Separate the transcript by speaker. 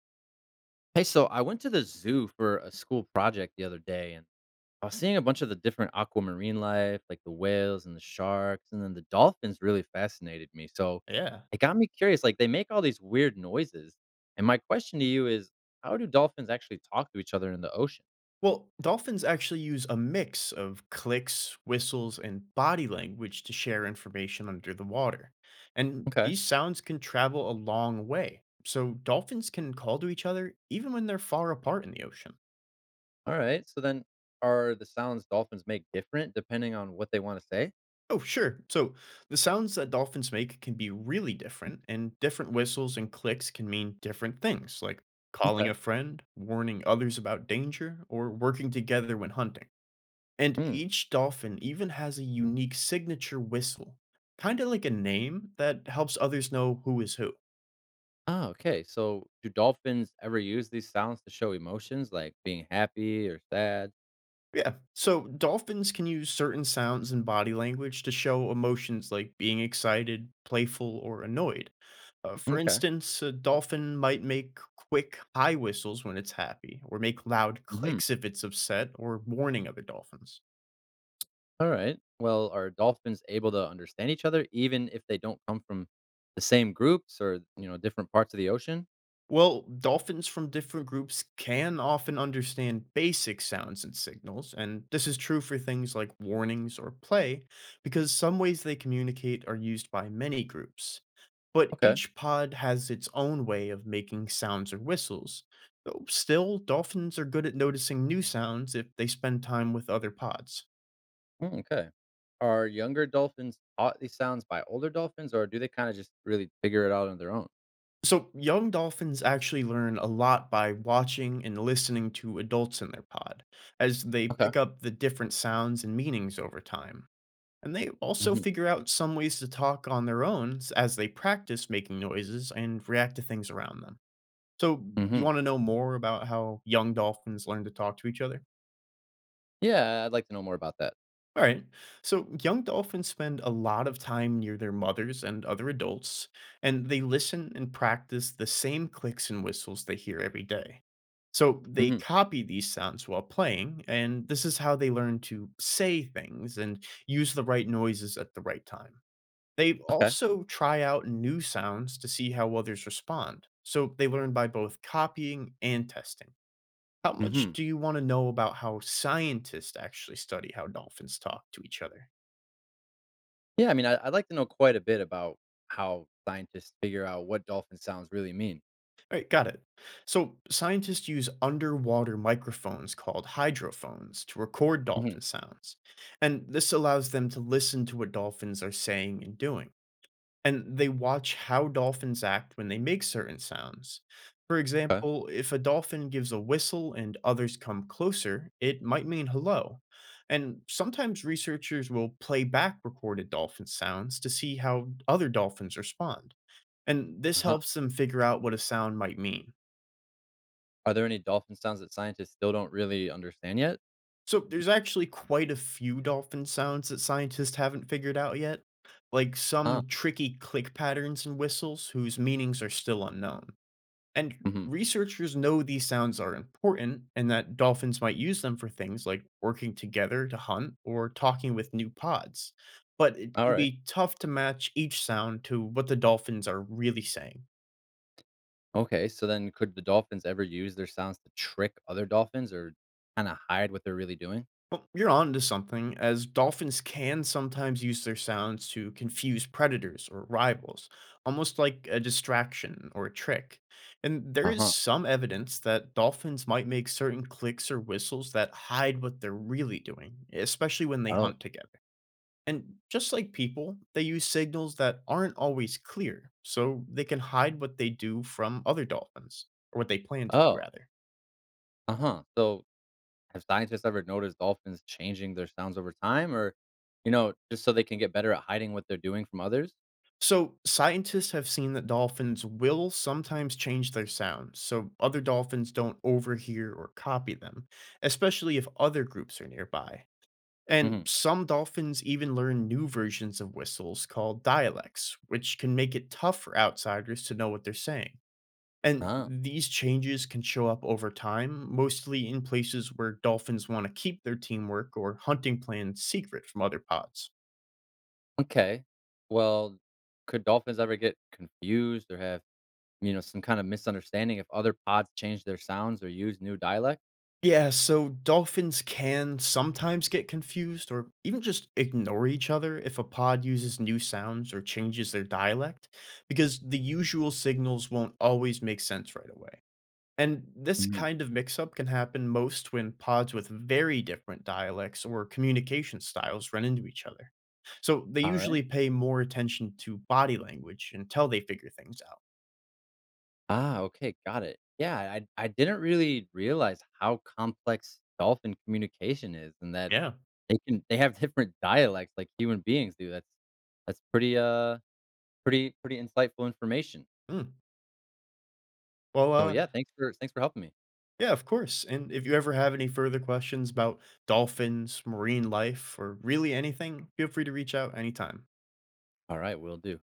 Speaker 1: Hey, so I went to the zoo for a school project the other day, and I was seeing a bunch of the different aquamarine life, like the whales and the sharks, and then the dolphins really fascinated me. So
Speaker 2: Yeah.
Speaker 1: it got me curious. Like they make all these weird noises, and my question to you is, how do dolphins actually talk to each other in the ocean?
Speaker 2: Well, dolphins actually use a mix of clicks, whistles, and body language to share information under the water. And
Speaker 1: Okay,
Speaker 2: these sounds can travel a long way. So dolphins can call to each other even when they're far apart in the ocean.
Speaker 1: all right. So then, are the sounds dolphins make different depending on what they want to say?
Speaker 2: Oh, sure. So the sounds that dolphins make can be really different, and different whistles and clicks can mean different things, like calling a
Speaker 1: Okay.
Speaker 2: friend, warning others about danger, or working together when hunting. And
Speaker 1: Hmm.
Speaker 2: each dolphin even has a unique signature whistle, kind of like a name that helps others know who is who.
Speaker 1: Oh, okay. So do dolphins ever use these sounds to show emotions, like being happy or sad?
Speaker 2: Yeah. So dolphins can use certain sounds and body language to show emotions like being excited, playful, or annoyed. For
Speaker 1: Okay.
Speaker 2: instance, a dolphin might make quick high whistles when it's happy, or make loud
Speaker 1: Mhm.
Speaker 2: clicks if it's upset or warning other dolphins.
Speaker 1: All right. Well, are dolphins able to understand each other even if they don't come from the same groups or, different parts of the ocean?
Speaker 2: Well, dolphins from different groups can often understand basic sounds and signals, and this is true for things like warnings or play, because some ways they communicate are used by many groups. But
Speaker 1: Okay.
Speaker 2: each pod has its own way of making sounds or whistles. Though still, dolphins are good at noticing new sounds if they spend time with other pods.
Speaker 1: Mm, okay. Are younger dolphins taught these sounds by older dolphins or do they kind of just really figure it out on their own?
Speaker 2: So, young dolphins actually learn a lot by watching and listening to adults in their pod, as they
Speaker 1: Okay.
Speaker 2: pick up the different sounds and meanings over time. And they also
Speaker 1: Hmm.
Speaker 2: figure out some ways to talk on their own as they practice making noises and react to things around them. So, you
Speaker 1: Hmm.
Speaker 2: want to know more about how young dolphins learn to talk to each other?
Speaker 1: Yeah, I'd like to know more about that.
Speaker 2: All right. So young dolphins spend a lot of time near their mothers and other adults, and they listen and practice the same clicks and whistles they hear every day. So they
Speaker 1: Hmm.
Speaker 2: copy these sounds while playing, and this is how they learn to say things and use the right noises at the right time. They
Speaker 1: Okay.
Speaker 2: also try out new sounds to see how others respond. So they learn by both copying and testing. How much
Speaker 1: Hmm.
Speaker 2: do you want to know about how scientists actually study how dolphins talk to each other?
Speaker 1: Yeah, I mean, I'd like to know quite a bit about how scientists figure out what dolphin sounds really mean.
Speaker 2: All right, got it. So, scientists use underwater microphones called hydrophones to record
Speaker 1: Hmm.
Speaker 2: dolphin sounds, and this allows them to listen to what dolphins are saying and doing. And they watch how dolphins act when they make certain sounds. For
Speaker 1: Okay.
Speaker 2: example, if a dolphin gives a whistle and others come closer, it might mean hello. And sometimes researchers will play back recorded dolphin sounds to see how other dolphins respond. And this
Speaker 1: Uh-huh.
Speaker 2: helps them figure out what a sound might mean.
Speaker 1: Are there any dolphin sounds that scientists still don't really understand yet?
Speaker 2: So there's actually quite a few dolphin sounds that scientists haven't figured out yet, like
Speaker 1: Huh.
Speaker 2: some tricky click patterns and whistles whose meanings are still unknown. And
Speaker 1: Mhm.
Speaker 2: researchers know these sounds are important and that dolphins might use them for things like working together to hunt or talking with new pods. But it can
Speaker 1: Alright.
Speaker 2: be tough to match each sound to what the dolphins are really saying.
Speaker 1: Okay, so then could the dolphins ever use their sounds to trick other dolphins or kinda hide what they're really doing?
Speaker 2: Well, you're on to something, as dolphins can sometimes use their sounds to confuse predators or rivals, almost like a distraction or a trick. And there is
Speaker 1: Uh-huh.
Speaker 2: some evidence that dolphins might make certain clicks or whistles that hide what they're really doing, especially when they
Speaker 1: Oh.
Speaker 2: hunt together. And just like people, they use signals that aren't always clear, so they can hide what they do from other dolphins, or what they plan to do,
Speaker 1: Oh.
Speaker 2: rather.
Speaker 1: Uh-huh. So, have scientists ever noticed dolphins changing their sounds over time or, just so they can get better at hiding what they're doing from others?
Speaker 2: So, scientists have seen that dolphins will sometimes change their sounds so other dolphins don't overhear or copy them, especially if other groups are nearby.
Speaker 1: Mhm.
Speaker 2: And some dolphins even learn new versions of whistles called dialects, which can make it tough for outsiders to know what they're saying. And
Speaker 1: Oh,
Speaker 2: these changes can show up over time, mostly in places where dolphins want to keep their teamwork or hunting plans secret from other pods.
Speaker 1: okay. Well, could dolphins ever get confused or have, some kind of misunderstanding if other pods change their sounds or use new dialect?
Speaker 2: Yeah, so dolphins can sometimes get confused or even just ignore each other if a pod uses new sounds or changes their dialect, because the usual signals won't always make sense right away. And this
Speaker 1: Mhm.
Speaker 2: kind of mix up can happen most when pods with very different dialects or communication styles run into each other. So they
Speaker 1: Alright.
Speaker 2: usually pay more attention to body language until they figure things out.
Speaker 1: Ah, okay, got it. Yeah, I didn't really realize how complex dolphin communication is and that
Speaker 2: Yeah.
Speaker 1: they have different dialects like human beings do. That's pretty pretty insightful information.
Speaker 2: Hmm. Well,
Speaker 1: So
Speaker 2: uh,
Speaker 1: yeah, thanks for helping me.
Speaker 2: Yeah, of course. And if you ever have any further questions about dolphins, marine life, or really anything, feel free to reach out anytime.
Speaker 1: All right, right, will do.